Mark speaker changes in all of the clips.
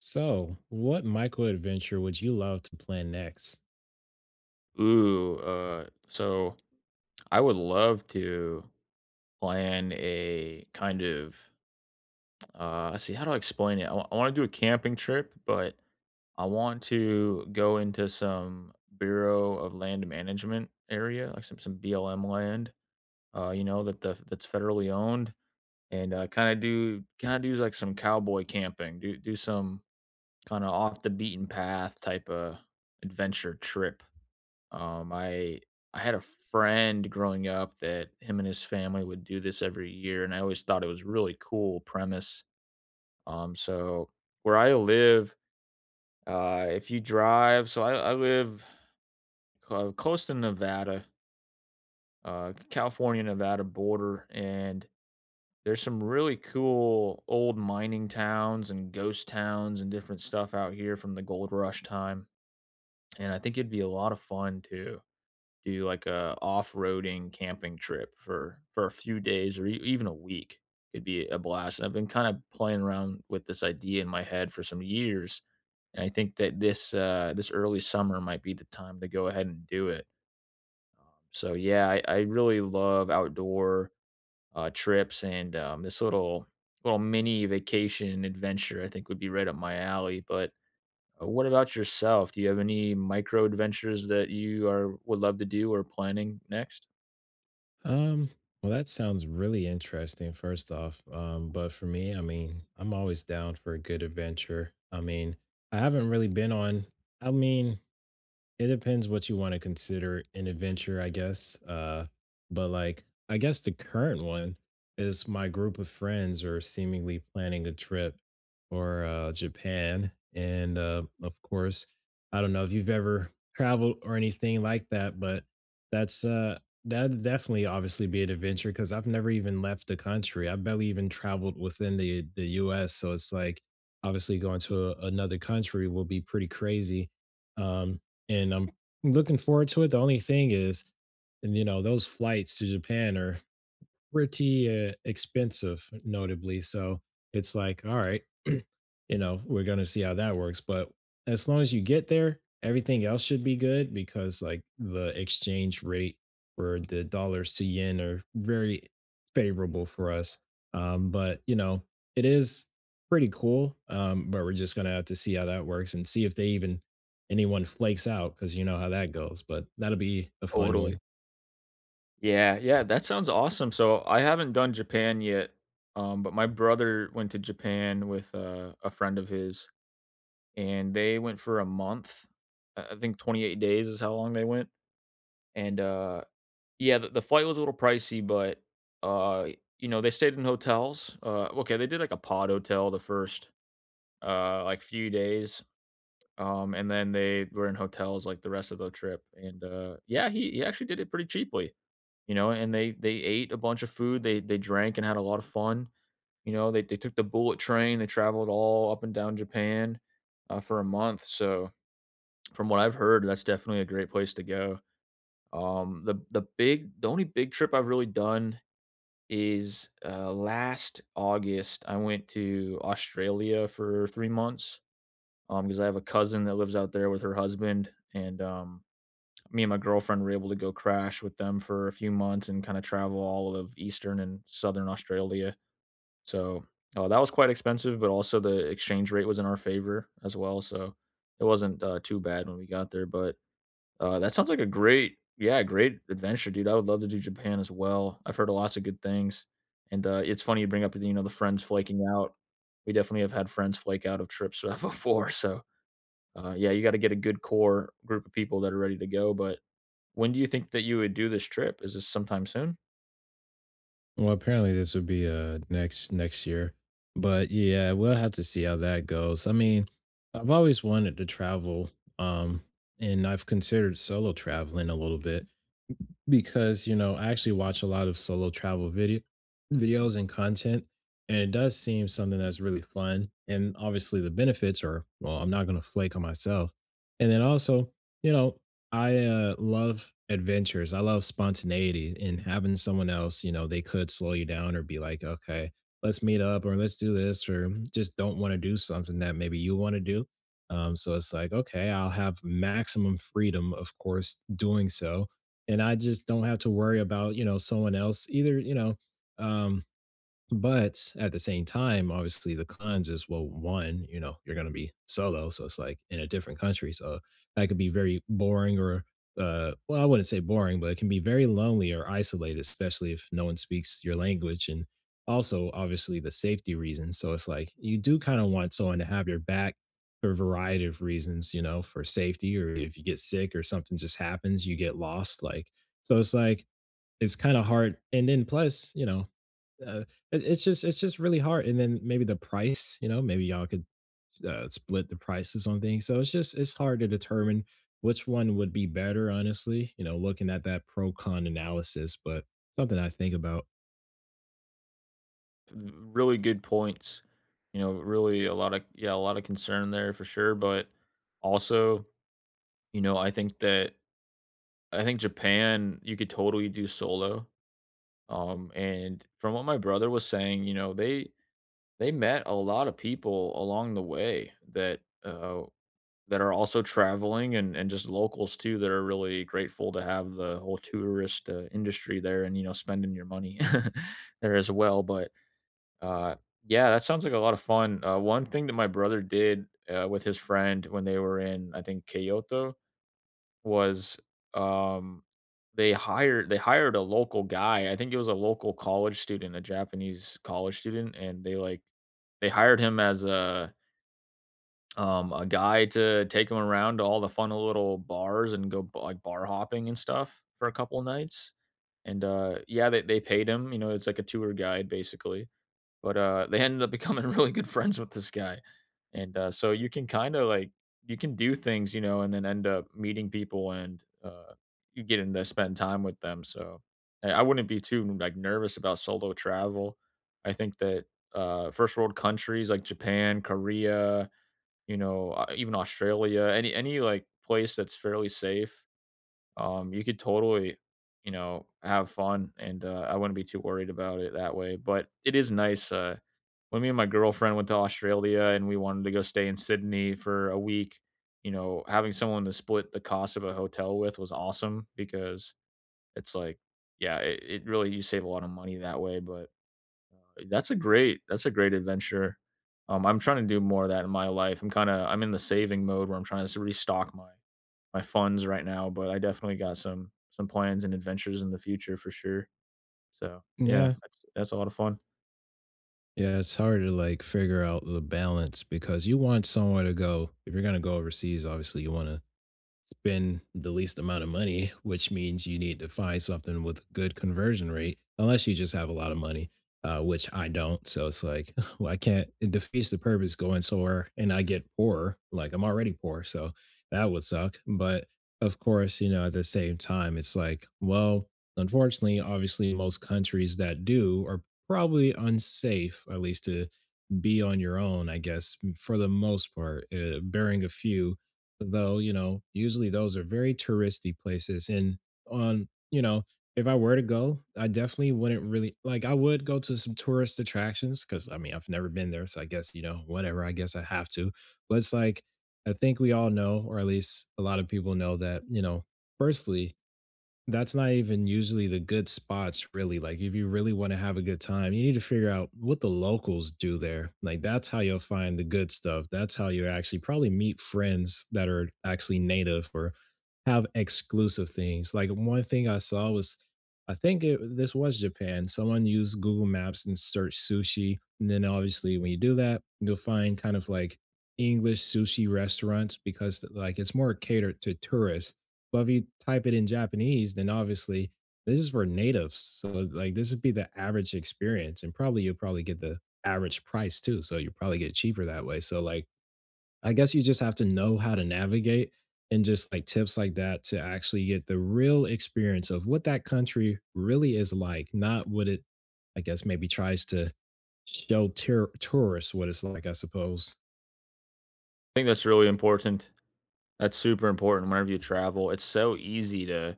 Speaker 1: So, what micro adventure would you love to plan next?
Speaker 2: So I would love to plan a kind of let's see, how do I explain it? I want to do a camping trip, but I want to go into some Bureau of Land Management area, like some BLM land, you know, that the that's federally owned, and uh, kind of do like some cowboy camping, do some kind of off the beaten path type of adventure trip. Um, I I had a friend growing up that him and his family would do this every year, and I always thought it was really cool premise. So where I live, if you drive, I live close to Nevada, California Nevada border, and there's some really cool old mining towns and ghost towns and different stuff out here from the gold rush time. And I think it'd be a lot of fun to do like a off-roading camping trip for a few days, or even a week could be a blast. And I've been kind of playing around with this idea in my head for some years, and I think that this early summer might be the time to go ahead and do it. Um, so yeah, I really love outdoor trips, and this little mini vacation adventure I think would be right up my alley. But what about yourself? Do you have any micro adventures that you are would love to do or planning next?
Speaker 1: Um, well, that sounds really interesting, first off. But for me, I mean, I'm always down for a good adventure. I mean, I haven't really been on, I mean, It depends what you want to consider an adventure, I guess. But like, I guess the current one is my group of friends are seemingly planning a trip or Japan, and of course, I don't know if you've ever traveled or anything like that, but that'd definitely obviously be an adventure because I've never even left the country. I barely even traveled within the U.S., so it's like obviously going to another country will be pretty crazy. Um, and I'm looking forward to it. The only thing is, and you know, those flights to Japan are pretty expensive, notably. So it's like, all right, you know, we're gonna see how that works. But as long as you get there, everything else should be good because like the exchange rate for the dollars to yen are very favorable for us. But you know, it is pretty cool. But we're just gonna have to see how that works and see if they even anyone flakes out because you know how that goes. But that'll be a fun
Speaker 2: Totally.
Speaker 1: one.
Speaker 2: Yeah, yeah, that sounds awesome. So I haven't done Japan yet, but my brother went to Japan with a friend of his, and they went for a month. I think 28 days is how long they went. And yeah, the flight was a little pricey, but uh, you know, they stayed in hotels. Okay, they did like a pod hotel the first like few days, and then they were in hotels like the rest of the trip. And yeah, he actually did it pretty cheaply. You know, and they ate a bunch of food, they drank and had a lot of fun, you know, they took the bullet train, they traveled all up and down Japan, for a month, so from what I've heard, that's definitely a great place to go. The only big trip I've really done is, last August, I went to Australia for 3 months, um, because I have a cousin that lives out there with her husband, and, um, me and my girlfriend were able to go crash with them for a few months and kind of travel all of eastern and southern Australia. So that was quite expensive, but also the exchange rate was in our favor as well. So it wasn't too bad when we got there. But that sounds like a great, yeah, great adventure, dude. I would love to do Japan as well. I've heard lots of good things, and it's funny you bring up the you know, the friends flaking out. We definitely have had friends flake out of trips before. So yeah, you got to get a good core group of people that are ready to go, but when do you think that you would do this trip? Is this sometime soon?
Speaker 1: Well, apparently this would be next year. But yeah, we'll have to see how that goes. I mean, I've always wanted to travel. Um, and I've considered solo traveling a little bit because, you know, I actually watch a lot of solo travel videos and content, and it does seem something that's really fun. And obviously the benefits are, well, I'm not gonna flake on myself. And then also, you know, I love adventures. I love spontaneity and having someone else, you know, they could slow you down or be like, okay, let's meet up or let's do this or just don't want to do something that maybe you want to do. So it's like, okay, I'll have maximum freedom, of course, doing so and I just don't have to worry about, someone else either, um, but at the same time, obviously the cons is well, one, you know, you're gonna be solo, so it's like in a different country, so that could be very boring or well, I wouldn't say boring, but it can be very lonely or isolated, especially if no one speaks your language, and also obviously the safety reasons. So it's like you do kind of want someone to have your back for a variety of reasons, you know, for safety or if you get sick or something just happens, you get lost. Like so, it's like it's kind of hard. And then plus, uh, it's just really hard, and then maybe the price, maybe y'all could, split the prices on things, so it's just it's hard to determine which one would be better, honestly, you know, looking at that pro-con analysis, but something I think about.
Speaker 2: Really good points. You know, really a lot of, yeah, a lot of concern there for sure, but also, you know, I think that I think Japan you could totally do solo. Um, and from what my brother was saying, you know, they met a lot of people along the way that are also traveling, and just locals too that are really grateful to have the whole tourist, industry there, and, you know, spending your money there as well, but, uh, yeah, that sounds like a lot of fun. One thing that my brother did, with his friend when they were in, I think, Kyoto was, um, they hired a local guy. I think it was a local college student, a Japanese college student, and they, like, they hired him as a guy to take him around to all the fun little bars and go like bar hopping and stuff for a couple nights. And yeah, they paid him. You know, it's like a tour guide basically. But they ended up becoming really good friends with this guy. And so you can kind of like you can do things, you know, and then end up meeting people, and you get in to spend time with them. So I wouldn't be too like nervous about solo travel. I think that first world countries like Japan, Korea, you know, even Australia, any like place that's fairly safe, you could totally, you know, have fun, and I wouldn't be too worried about it that way. But it is nice. When me and my girlfriend went to Australia and we wanted to go stay in Sydney for a week, you know, having someone to split the cost of a hotel with was awesome because it's like, yeah, it really, you save a lot of money that way. But that's a great adventure. I'm trying to do more of that in my life. I'm in the saving mode where I'm trying to restock my funds right now, but I definitely got some plans and adventures in the future for sure. So yeah,
Speaker 1: Yeah.
Speaker 2: that's a lot of fun.
Speaker 1: Yeah, it's hard to, like, figure out the balance because you want somewhere to go. If you're gonna go overseas, obviously, you wanna spend the least amount of money, which means you need to find something with good conversion rate, unless you just have a lot of money, which I don't. So it's like, well, I can't. It defeats the purpose going somewhere and I get poorer. Like I'm already poor, so that would suck. But of course, you know, at the same time, it's like, well, unfortunately, obviously, most countries that do are probably unsafe, at least to be on your own, I guess, for the most part, barring a few. Though, you know, usually those are very touristy places. And on, you know, if I were to go, I definitely wouldn't really like, I would go to some tourist attractions because I mean, I've never been there. So I guess, you know, whatever, I guess I have to. But it's like, I think we all know, or at least a lot of people know that, you know, firstly, that's not even usually the good spots, really. Like, if you really want to have a good time, you need to figure out what the locals do there. Like, that's how you'll find the good stuff. That's how you actually probably meet friends that are actually native or have exclusive things. Like, one thing I saw was, this was Japan. Someone used Google Maps and searched sushi. And then, obviously, when you do that, you'll find kind of like English sushi restaurants because, like, it's more catered to tourists but if you type it in Japanese, then obviously this is for natives. So like this would be the average experience. And probably you'll probably get the average price too. So you probably get cheaper that way. So like I guess you just have to know how to navigate and just like tips like that to actually get the real experience of what that country really is like, not what it I guess maybe tries to show tourists what it's like, I suppose.
Speaker 2: I think that's really important. That's super important whenever you travel. It's so easy to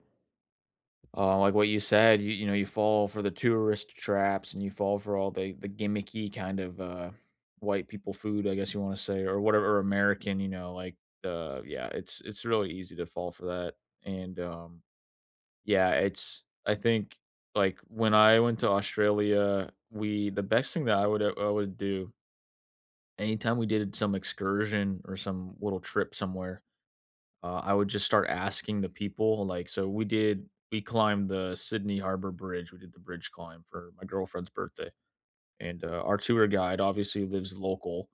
Speaker 2: Like what you said, you know, you fall for the tourist traps, and you fall for all the gimmicky kind of white people food, I guess you want to say, or whatever, American, you know, like yeah, it's really easy to fall for that. And yeah, it's, I think, like when I went to Australia, we the best thing that I would do anytime we did some excursion or some little trip somewhere, I would just start asking the people, like, so we climbed the Sydney Harbor Bridge. We did the bridge climb for my girlfriend's birthday. And our tour guide obviously lives local.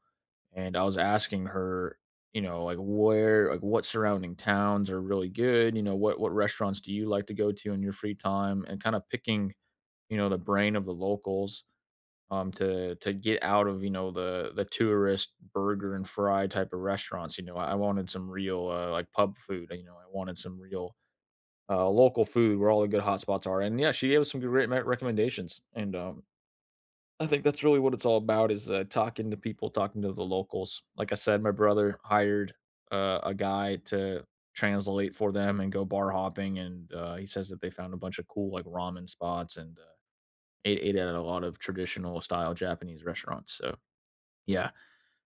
Speaker 2: And I was asking her, you know, like, where, like what surrounding towns are really good. You know, what restaurants do you like to go to in your free time? And kind of picking, you know, the brain of the locals, um, to get out of, you know, the tourist burger and fry type of restaurants. You know, I wanted some real like pub food. You know, I wanted some real local food, where all the good hot spots are. And yeah, she gave us some great recommendations, and um, I think that's really what it's all about is talking to people, talking to the locals. Like I said, my brother hired a guy to translate for them and go bar hopping, and he says that they found a bunch of cool like ramen spots, and ate at a lot of traditional style Japanese restaurants. So yeah,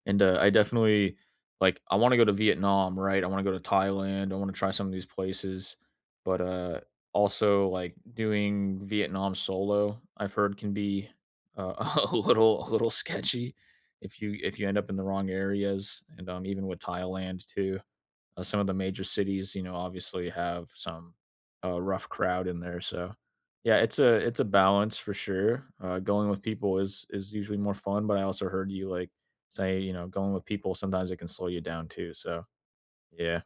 Speaker 2: and, I definitely, like, I wanna go to Vietnam, right? I wanna go to Thailand, I wanna try some of these places, but, also, like, doing Vietnam solo, I've heard can be, a little, sketchy if you end up in the wrong areas, and, even with Thailand too. Some of the major cities, you know, obviously have some rough crowd in there. So yeah, it's a balance for sure. Going with people is usually more fun, but I also heard you like say, you know, going with people sometimes it can slow you down too. So yeah,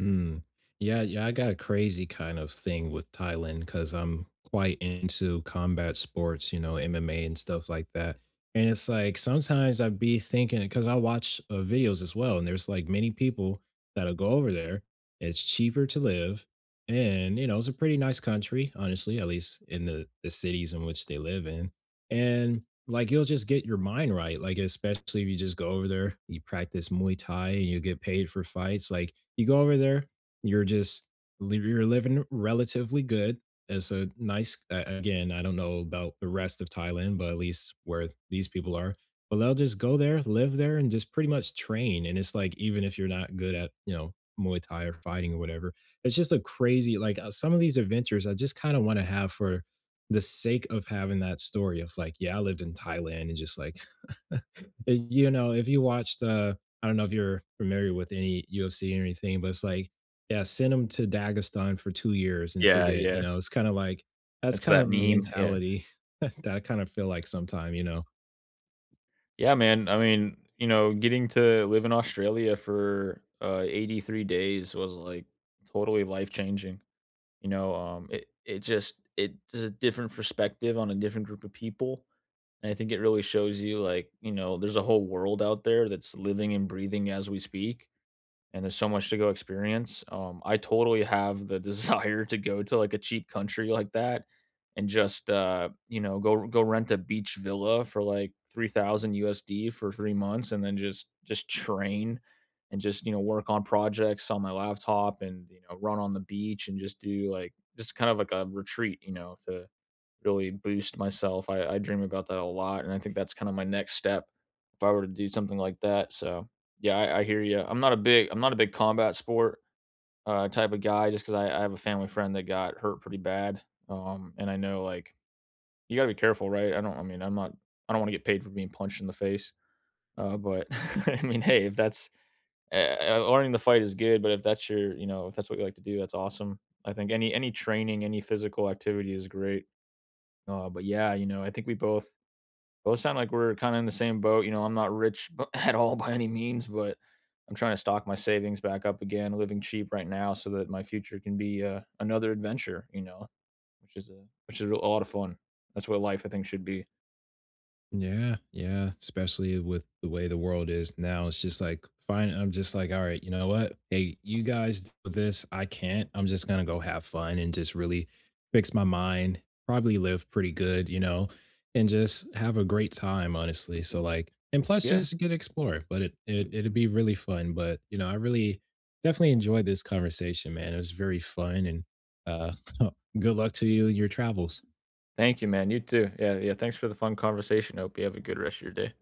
Speaker 1: Mm. Yeah, yeah, I got a crazy kind of thing with Thailand because I'm quite into combat sports, you know, MMA and stuff like that. And it's like sometimes I'd be thinking because I watch videos as well, and there's like many people that'll go over there. It's cheaper to live, and you know, it's a pretty nice country, honestly, at least in the cities in which they live in. And like you'll just get your mind right, like especially if you just go over there, you practice Muay Thai, and you get paid for fights, like you go over there, you're just you're living relatively good. It's a nice again, I don't know about the rest of Thailand, but at least where these people are. But they'll just go there, live there, and just pretty much train. And it's like even if you're not good at, you know, Muay Thai or fighting or whatever, it's just a crazy like some of these adventures I just kind of want to have for the sake of having that story of like, yeah, I lived in Thailand and just like, if you watched I don't know if you're familiar with any UFC or anything, but it's like, yeah, send them to Dagestan for 2 years and
Speaker 2: yeah,
Speaker 1: forget, you
Speaker 2: yeah.
Speaker 1: know? It's kinda like that's
Speaker 2: It's
Speaker 1: kind
Speaker 2: that
Speaker 1: of the
Speaker 2: meme. Yeah,
Speaker 1: mentality that I kind of feel like sometime, you know?
Speaker 2: yeah, man. I mean, you know, getting to live in Australia for 83 days was like totally life changing. You know, it just, it's a different perspective on a different group of people. And I think it really shows you, like, you know, there's a whole world out there that's living and breathing as we speak, and there's so much to go experience. I totally have the desire to go to like a cheap country like that, and just you know, go rent a beach villa for like 3,000 USD for 3 months, and then just train, and just, you know, work on projects on my laptop, and, you know, run on the beach, and just do like just kind of like a retreat, you know, to really boost myself. I dream about that a lot, and I think that's kind of my next step if I were to do something like that. So yeah, I hear you. I'm not a big combat sport type of guy, just because I have a family friend that got hurt pretty bad, and I know like you got to be careful, right? I don't. I mean, I'm not. I don't want to get paid for being punched in the face. But I mean, hey, if that's uh, learning the fight is good, but if that's your, you know, if that's what you like to do, that's awesome. I think any training, any physical activity is great. But yeah, you know, I think we both, sound like we're kind of in the same boat. You know, I'm not rich at all by any means, but I'm trying to stock my savings back up again, living cheap right now, so that my future can be another adventure. You know, which is a lot of fun. That's what life, I think, should be.
Speaker 1: Yeah, yeah, especially with the way the world is now, it's just like, fine, I'm just like, all right, you know what? Hey, you guys do this, I can't. I'm just gonna go have fun and just really fix my mind, probably live pretty good, you know, and just have a great time, honestly. So like, and plus
Speaker 2: Yeah.
Speaker 1: just get explore, but it'd be really fun. But you know, I really definitely enjoyed this conversation, man. It was very fun and uh good luck to you, in your travels.
Speaker 2: Thank you, man. You too. Yeah, yeah. Thanks for the fun conversation. Hope you have a good rest of your day.